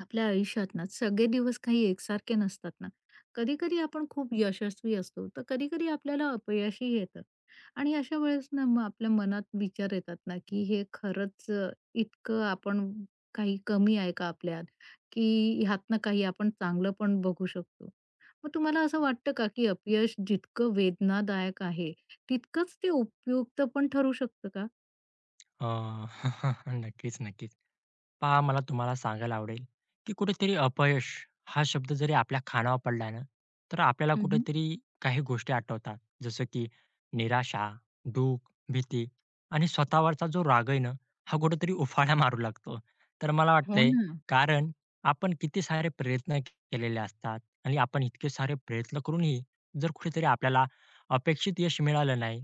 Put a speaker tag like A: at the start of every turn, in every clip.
A: आपल्या आयुष्यात ना सगळे दिवस काही एकसारखे नसतात ना. कधी कधी आपण खूप यशस्वी असतो, तर कधी कधी आपल्याला अपयशही येतं. आणि अशा वेळेस ना मग आपल्या मनात विचार येतात ना, की हे खरंच इतकं आपण काही कमी आहे का आपल्यात, की ह्यातनं काही आपण चांगलं पण बघू शकतो. मग तुम्हाला असं वाटतं का, की अपयश जितकं वेदनादायक आहे तितकंच ते उपयुक्त पण ठरू शकतं का?
B: अ, नक्कीच, नक्कीच. पहा मला तुम्हाला सांगायला आवडेल, की कुठेतरी अपयश हा शब्द जरी आपल्या कानावर पडला ना, तर आपल्याला
A: हम्म.
B: कुठेतरी काही गोष्टी आठवतात. जसं की निराशा, दुःख, भीती आणि स्वतःवरचा जो राग आहे ना, हा कुठेतरी उफाळा मारू लागतो. तर मला
A: हो
B: वाटतंय
A: ना.
B: कारण आपण किती सारे प्रयत्न केलेले असतात आणि आपण इतके सारे प्रयत्न करूनही जर कुठेतरी आपल्याला अपेक्षित यश मिळालं नाही,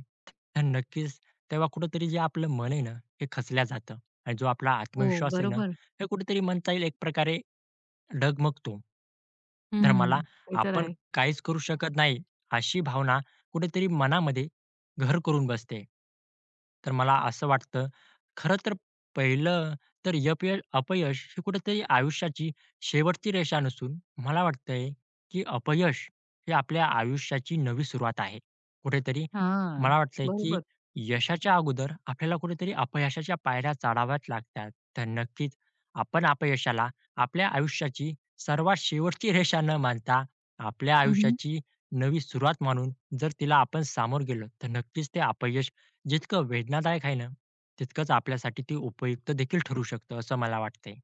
B: तर नक्कीच तेव्हा कुठेतरी जे आपलं मन आहे ना, हे खचल्या जातं आणि जो आपला
A: हो,
B: आत्मविश्वास आहे ना,
A: बरोबर.
B: हे कुठेतरी म्हणता येईल एक प्रकारे डगमगतो. तर मला
A: हम्म. ते तर
B: आपण
A: आहे.
B: काहीच करू शकत नाही अशी भावना कुठेतरी मनामध्ये घर करून बसते. तर मला असं वाटतं खरं तर पहिलं तर अपयश हे कुठेतरी आयुष्याची शेवटची रेषा नसून मला वाटतंय, की अपयश हे आपल्या आयुष्याची नवी सुरुवात आहे. कुठेतरी
A: हां,
B: मला वाटतंय, की
A: बरोबर.
B: यशाच्या अगोदर आपल्याला कुठेतरी अपयशाच्या पायऱ्या चढाव्याच लागतात. तर नक्कीच आपण अपयशाला आपल्या आयुष्याची सर्वात शेवटची रेषा न मानता आपल्या
A: हं, हं.
B: आयुष्याची नवी सुरुवात मानून जर तिला आपण सामोर गेलो तर नक्कीच ते अपयश जितकं वेदनादायक आहे ना तितकंच आपल्यासाठी ते उपयुक्त देखील ठरू शकतं असं मला वाटतंय.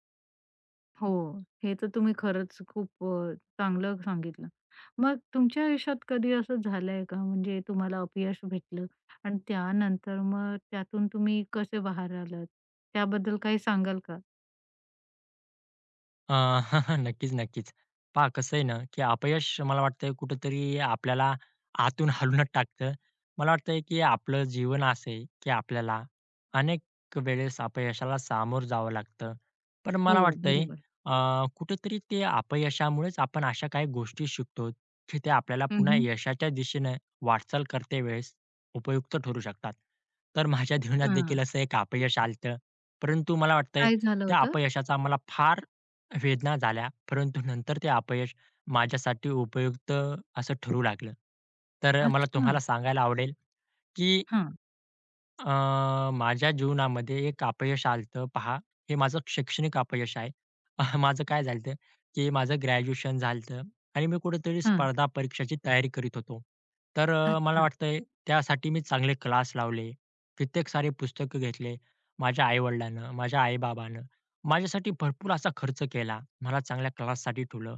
A: हो, हे तर तुम्ही खरंच खूप चांगलं सांगितलं. मग तुमच्या आयुष्यात कधी असं झालंय का, म्हणजे तुम्हाला अपयश भेटलं आणि त्यानंतर मग त्यातून तुम्ही कसे बाहेर आलात? त्याबद्दल काही सांगाल का?
B: अ, नक्कीच, नक्कीच. पहा कसं आहे ना, की अपयश मला वाटतंय कुठेतरी आपल्याला आतून हालूनच टाकतं. मला वाटतंय, की आपलं जीवन असं आहे, की आपल्याला अनेक वेळेस अपयशाला सामोरं जावं लागतं. पण
A: हो,
B: मला वाटतंय
A: बरोबर.
B: अ, कुठेतरी ते अपयशामुळेच आपण अशा काही गोष्टी शिकतो, की त्या आपल्याला पुन्हा
A: हं.
B: यशाच्या दिशेनं वाटचाल करते वेळेस उपयुक्त ठरू शकतात. तर माझ्या जीवनात
A: हां,
B: देखील असं एक अपयश आलं परंतु मला वाटतंय
A: काय झालं
B: त्या
A: होतं?
B: अपयशाचा मला फार वेदना झाल्या, परंतु नंतर ते अपयश माझ्यासाठी उपयुक्त असं ठरू लागलं. तर मला
A: अच्छा.
B: तुम्हाला सांगायला आवडेल, की
A: हां,
B: माझ्या जीवनामध्ये एक अपयश आलतं पहा, हे माझं शैक्षणिक अपयश आहे. माझं काय झालतं, की माझं ग्रॅज्युएशन झालतं आणि मी कुठेतरी
A: हां.
B: स्पर्धा परीक्षाची तयारी करीत होतो. तर मला
A: अच्छा.
B: वाटतंय त्यासाठी मी चांगले क्लास लावले, कित्येक सारे पुस्तकं घेतले. माझ्या आई माझ्या आई माझ्यासाठी भरपूर असा खर्च केला. मला चांगल्या क्लाससाठी ठेवलं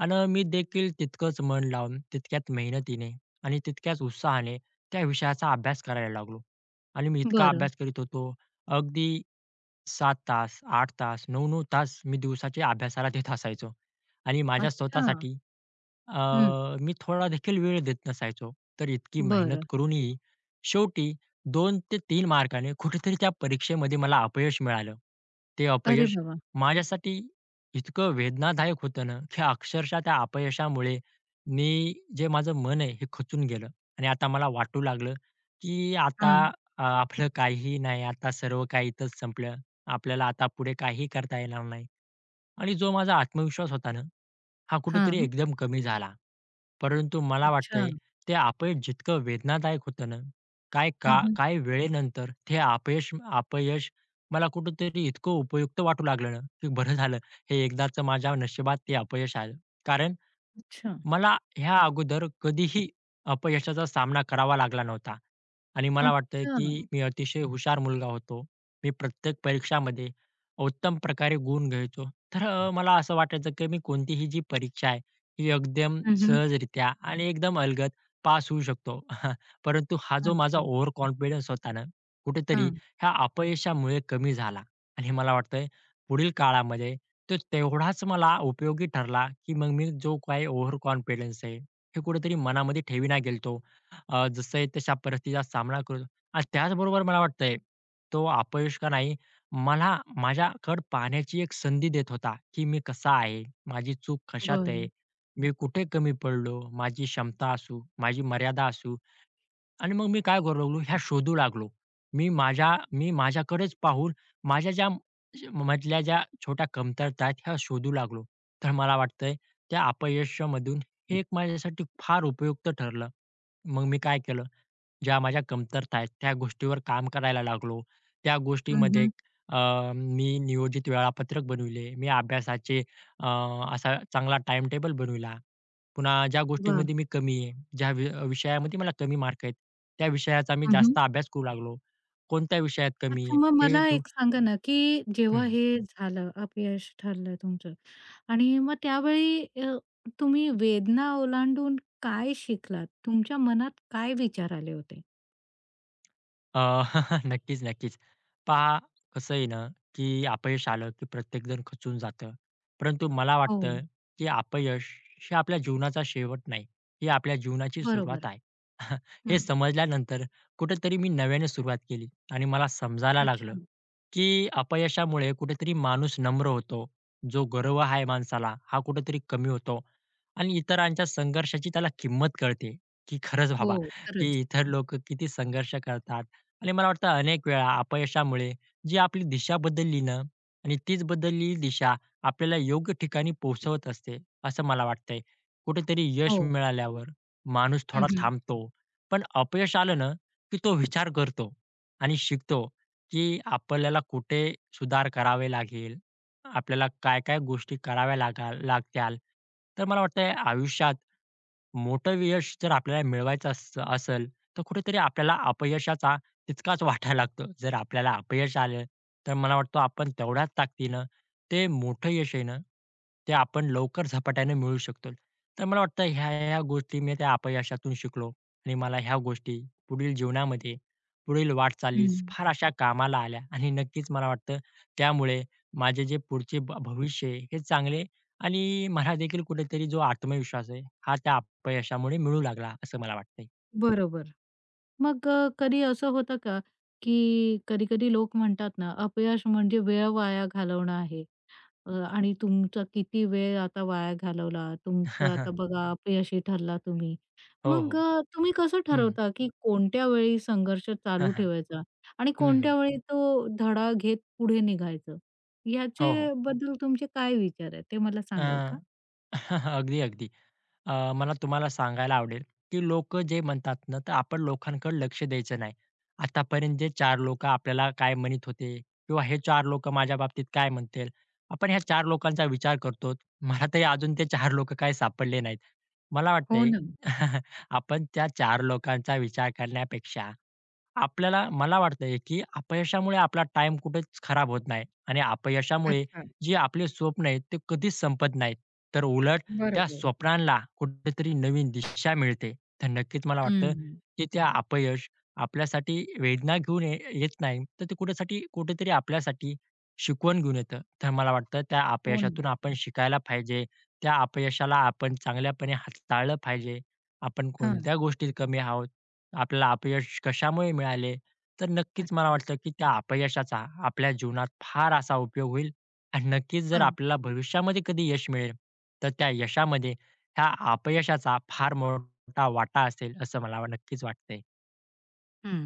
B: आणि मी देखील तितकंच मन लावून, तितक्याच मेहनतीने आणि तितक्याच उत्साहाने त्या विषयाचा अभ्यास करायला लागलो. आणि मी इतका
A: बरं.
B: अभ्यास करीत होतो. अगदी 7 तास, 8 तास, 9-9 तास मी दिवसाच्या अभ्यासाला देत असायचो आणि माझ्या
A: अच्छा.
B: स्वतःसाठी अ,
A: हं.
B: मी थोड़ा थोडादेखील वेळ देत नसायचो. तर इतकी मेहनत
A: बरं.
B: करूनही शेवटी 2 ते 3 मार्काने कुठेतरी त्या परीक्षेमध्ये मला अपयश मिळालं. ते
A: अरे
B: अपयश
A: बाबा!
B: माझ्यासाठी इतकं वेदनादायक होतं ना, की अक्षरशः त्या अपयशामुळे मी जे माझं मन आहे हे खचून गेलं आणि आता मला वाटू लागलं, की आता
A: हां,
B: आपलं काहीही नाही, आता सर्व काही इथंच संपलं. आपल्याला आता पुढे काही करता येणार नाही आणि जो माझा आत्मविश्वास होता ना, हा कुठेतरी
A: हां.
B: एकदम कमी झाला. परंतु मला
A: अच्छा.
B: वाटतंय ते अपयश जितकं वेदनादायक होतं ना, काय का
A: हं.
B: काही वेळेनंतर ते अपयश अपयश मला कुठेतरी इतकं उपयुक्त वाटू लागलं ना, की बरं झालं हे एकदाचं माझ्या नशिबात ते अपयश आलं. कारण
A: अच्छा.
B: मला ह्या अगोदर कधीही अपयशाचा सामना करावा लागला नव्हता आणि मला वाटतं
A: अच्छा.
B: की मी अतिशय हुशार मुलगा होतो. मी प्रत्येक परीक्षामध्ये उत्तम प्रकारे गुण घ्यायचो. तर मला असं वाटायचं की मी कोणतीही जी परीक्षा आहे, ही एकदम
A: हं.
B: सहजरित्या आणि एकदम अलगद पास होऊ शकतो. परंतु हा जो माझा
A: अच्छा.
B: ओव्हर कॉन्फिडन्स होता ना, कुठेतरी
A: हां.
B: ह्या अपयशामुळे कमी झाला आणि मला वाटतंय पुढील काळामध्ये तो तेवढाच मला उपयोगी ठरला, की मग मी जो काही ओव्हर कॉन्फिडन्स आहे, हे कुठेतरी मनामध्ये ठेवीना गेलतो. जसं आहे तशा परिस्थितीचा सामना करून आणि त्याचबरोबर मला वाटतंय, तो अपयश का नाही, मला माझ्याकडे पाहण्याची एक संधी देत होता, की मी कसा आहे, माझी चूक कशात आहे,
A: बरं.
B: मी कुठे कमी पडलो, माझी क्षमता असू, माझी मर्यादा असू आणि मग मी काय करू लागलो, ह्या शोधू लागलो. मी माझ्याकडेच पाहून माझ्या ज्या मधल्या ज्या छोट्या कमतरता आहेत, ह्या शोधू लागलो. तर मला वाटतंय त्या अपयशामधून हे एक माझ्यासाठी फार उपयुक्त ठरलं. मग मी काय केलं, ज्या माझ्या कमतरता आहेत, त्या गोष्टीवर काम करायला लागलो. त्या
A: हं,
B: गोष्टीमध्ये
A: हं.
B: मी नियोजित वेळापत्रक बनविले. मी अभ्यासाचे असा चांगला टाईमटेबल बनविला. पुन्हा ज्या
A: वाह!
B: गोष्टीमध्ये मी कमी आहे, ज्या विषयामध्ये मला कमी मार्क आहेत, त्या विषयाचा मी
A: हं, हं.
B: जास्त अभ्यास करू लागलो. कोणत्या विषयात कमी
A: अच्छा, मग
B: आहे हे
A: मला
B: धुर
A: एक सांगा ना, की जेव्हा
B: हं.
A: हे झालं, अपयश ठरलं तुमचं आणि मग त्यावेळी तुम्ही वेदना ओलांडून काय शिकलात? तुमच्या मनात काय विचार आले होते?
B: अ, नक्कीच, नक्कीच. पहा कसं आहे ना, की अपयश आलं की प्रत्येकजण खचून जातं. परंतु मला
A: हो.
B: वाटतं, की अपयश हे आपल्या जीवनाचा शेवट नाही. ही आपल्या जीवनाची सुरुवात
A: बरोबर.
B: आहे. हे
A: हं.
B: समजल्यानंतर कुठेतरी मी नव्याने सुरुवात केली आणि मला समजायला लागलं,
A: अच्छा.
B: की अपयशामुळे कुठेतरी माणूस नम्र होतो. जो गर्व आहे माणसाला, हा कुठेतरी कमी होतो आणि इतरांच्या संघर्षाची त्याला किंमत कळते, की खरंच
A: हो,
B: बाबा, की
A: खरंच.
B: इतर लोकं किती संघर्ष करतात, आणि मला वाटतं अनेक वेळा अपयशामुळे जी आपली दिशा बदलली ना आणि तीच बदललेली दिशा आपल्याला योग्य ठिकाणी पोहोचवत असते, असं मला वाटतंय. कुठेतरी यश
A: हो.
B: मिळाल्यावर माणूस
A: हं,
B: थोडा
A: हं.
B: थांबतो, पण अपयश आलं ना, की तो विचार करतो आणि शिकतो, की आपल्याला कुठे सुधार करावे लागेल, आपल्याला काय-काय गोष्टी कराव्या लागत्याल. तर मला वाटतंय आयुष्यात मोठं यश जर आपल्याला मिळवायचं असेल, तर कुठेतरी आपल्याला अपयशाचा तितकाच वाटायला लागतो. जर आपल्याला अपयश आलं, तर मला वाटतं आपण तेवढ्याच ताकदीनं ते मोठं यश आहे ना, ते आपण लवकर झपाट्याने मिळवू शकतो. तर मला वाटतं ह्या-ह्या गोष्टी मी त्या अपयशातून शिकलो आणि मला ह्या गोष्टी पुढील जीवनामध्ये, पुढील
A: हं.
B: वाटचालीस फार अशा कामाला आल्या आणि नक्कीच मला वाटतं त्यामुळे माझे जे पुढचे भविष्य आहे हे चांगले आणि मला देखील कुठेतरी जो आत्मविश्वास आहे, हा त्या अपयशामुळे मिळू लागला असं मला वाटतंय.
A: बरोबर. मग कधी असं होतं का, की कधी-कधी लोक म्हणतात ना, अपयश म्हणजे वेळ वाया घालवणं आहे. आणि तुमचा किती वेळ आता वाया घालवला. तुमचं आता बघा हं. अपयशी ठरला तुम्ही.
B: हो,
A: मग
B: हो.
A: तुम्ही कसं
B: हं.
A: ठरवता, की कोणत्या वेळी संघर्ष
B: हां,
A: चालू
B: हां.
A: ठेवायचा आणि
B: हं,
A: कोणत्या वेळी तो धडा घेत पुढे निघायचं?
B: हो, हो.
A: याच्याबद्दल तुमचे काय विचार आहेत? ते मला
B: अ,
A: सांगाल का?
B: अगदी, अगदी. मला तुम्हाला सांगायला आवडेल, की लोकं जे म्हणतात ना, तर आपण लोकांकडे लक्ष द्यायचं नाही. आतापर्यंत जे 4 लोकं आपल्याला काय म्हणत होते किंवा हे 4 लोकं माझ्या बाबतीत काय म्हणतील? आपण ह्या 4 लोकांचा विचार करतो. मला तरी अजून ते 4 लोकं काय सापडले नाहीत. मला
A: हो
B: वाटतंय
A: ना.
B: आपण त्या 4 लोकांचा विचार करण्यापेक्षा आपल्याला मला वाटतंय, की अपयशामुळे आपला टाईम कुठेच खराब होत नाही आणि अपयशामुळे
A: अच्छा.
B: जे आपले स्वप्न आहेत, ते कधीच संपत नाहीत. तर उलट त्या
A: बरोबर.
B: स्वप्नांना कुठेतरी नवीन दिशा मिळते. तर नक्कीच मला वाटतं,
A: हं.
B: की त्या अपयश आपल्यासाठी वेदना घेऊन येत नाही, तर ते कुठेसाठी कुठेतरी आपल्यासाठी शिकवण घेऊन येतं. तर मला वाटतं त्या
A: हो ना.
B: अपयशातून आपण शिकायला पाहिजे. त्या अपयशाला आपण चांगल्यापणे हाताळलं पाहिजे. आपण
A: हां.
B: कोणत्या गोष्टीत कमी आहोत आपल्याला अपयश कशामुळे मिळाले? तर नक्कीच मला
A: अच्छा.
B: वाटतं, की त्या अपयशाचा आपल्या जीवनात फार असा उपयोग होईल आणि नक्कीच जर
A: हां.
B: आपल्याला भविष्यामध्ये कधी यश मिळेल, तर त्या यशामध्ये ह्या अपयशाचा फार मोठा वाटा असेल, असं मला नक्कीच वाटतंय.
A: हं.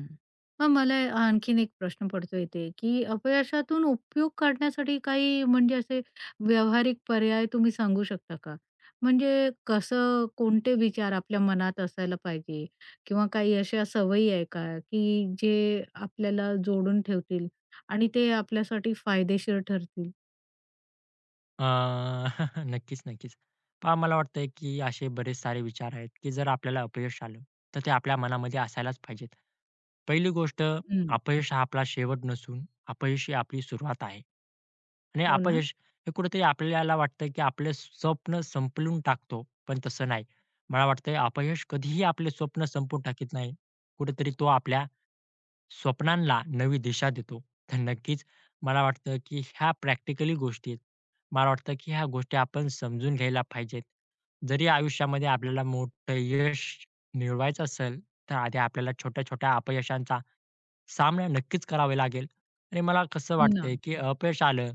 A: मग मला आणखीन एक प्रश्न पडतो इथे, की अपयशातून उपयोग काढण्यासाठी काही म्हणजे असे व्यावहारिक पर्याय तुम्ही सांगू शकता का? म्हणजे कसं, कोणते विचार आपल्या मनात असायला पाहिजे किंवा काही अशा सवयी आहे का, की जे आपल्याला जोडून ठेवतील आणि ते आपल्यासाठी फायदेशीर ठरतील?
B: अ, नक्कीच, नक्कीच. पहा मला वाटतंय, की असे बरेच सारे विचार आहेत, की जर आपल्याला अपयश आलं, तर ते आपल्या मनामध्ये असायलाच पाहिजेत. पहिली गोष्ट,
A: हं.
B: अपयश हा आपला शेवट नसून अपयश ही आपली सुरुवात आहे. आणि
A: हो ना?
B: अपयश हे कुठेतरी आपल्याला वाटतं, की आपले स्वप्न संपवून टाकतो, पण तसं नाही. मला वाटतंय अपयश कधीही आपले स्वप्न संपवून टाकीत नाही. कुठेतरी तो आपल्या स्वप्नांना नवी दिशा देतो. तर नक्कीच मला वाटतं, की ह्या प्रॅक्टिकली गोष्टी आहेत. मला वाटतं, की ह्या गोष्टी आपण समजून घ्यायला पाहिजेत. जरी आयुष्यामध्ये आपल्याला मोठं यश मिळवायचं असेल, तर आधी आपल्याला छोट्या-छोट्या अपयशांचा सामना नक्कीच करावा लागेल. आणि मला कसं
A: हो ना.
B: वाटतंय, की अपयश आलं,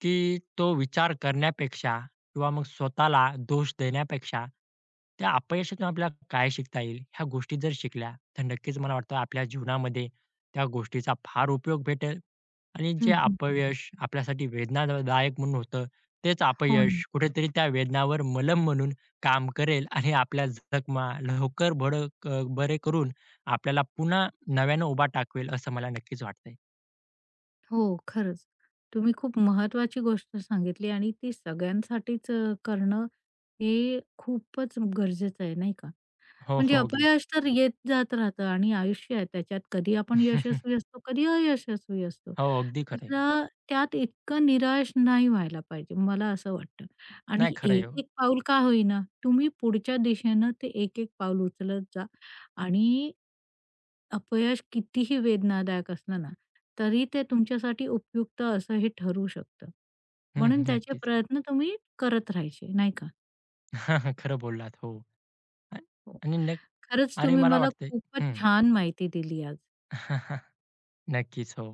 B: की तो विचार करण्यापेक्षा किंवा मग स्वतःला दोष देण्यापेक्षा त्या अपयशातून आपल्याला काय शिकता येईल, ह्या गोष्टी जर शिकल्या, तर नक्कीच मला वाटतं आपल्या जीवनामध्ये त्या गोष्टीचा फार उपयोग भेटेल आणि जे
A: हं, हं.
B: अपयश आपल्यासाठी वेदनादायक म्हणून होतं, तेच
A: हो ना.
B: अपयश कुठेतरी त्या वेदनावर मलम म्हणून काम करेल आणि आपल्या जखमा लवकर बडं क बरे करून आपल्याला पुन्हा नव्यानं उभा टाकवेल, असं मला नक्कीच वाटतंय.
A: हो, खरंच. तुम्ही खूप महत्वाची गोष्ट सांगितली आणि ती सगळ्यांसाठीच करणं हे खूपच गरजेचं आहे, नाही का?
B: हो,
A: म्हणजे
B: हो. अगदी.
A: अपयश तर येत जात राहतं आणि आयुष्य आहे त्याच्यात कधी आपण यशस्वी असतो, कधी अयशस्वी असतो.
B: हो, अगदी खरं
A: तर त्यात इतकं निराश नाही व्हायला पाहिजे, मला असं वाटतं. आणि
B: नाही खरं हो.
A: एक-एक पाऊल का होईना, तुम्ही पुढच्या दिशेनं ते एक-एक पाऊल उचलत जा. आणि अपयश कितीही वेदनादायक असलं ना, तरी ते तुमच्यासाठी उपयुक्त असं हे ठरू शकतं.
B: हं,
A: म्हणून
B: हं.
A: त्याचे
B: नक्कीच.
A: प्रयत्न तुम्ही करत राहायचे, नाही का?
B: खरं बोललात. हो. आणि आणि नक
A: खरंच
B: आणि
A: तुम्ही
B: मला
A: मला
B: वाटतंय
A: खूपच
B: हं.
A: छान माहिती दिली आज.
B: नक्कीच. हो.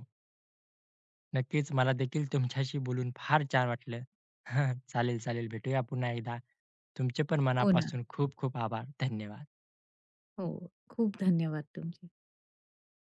B: नक्कीच. मला देखील तुमच्याशी बोलून फार छान वाटलं. चालेल, चालेल. भेटूया पुन्हा एकदा. तुमचे पण
A: हो ना.
B: मनापासून खूप खूप आभार. धन्यवाद.
A: हो. खूप धन्यवाद तुमचे.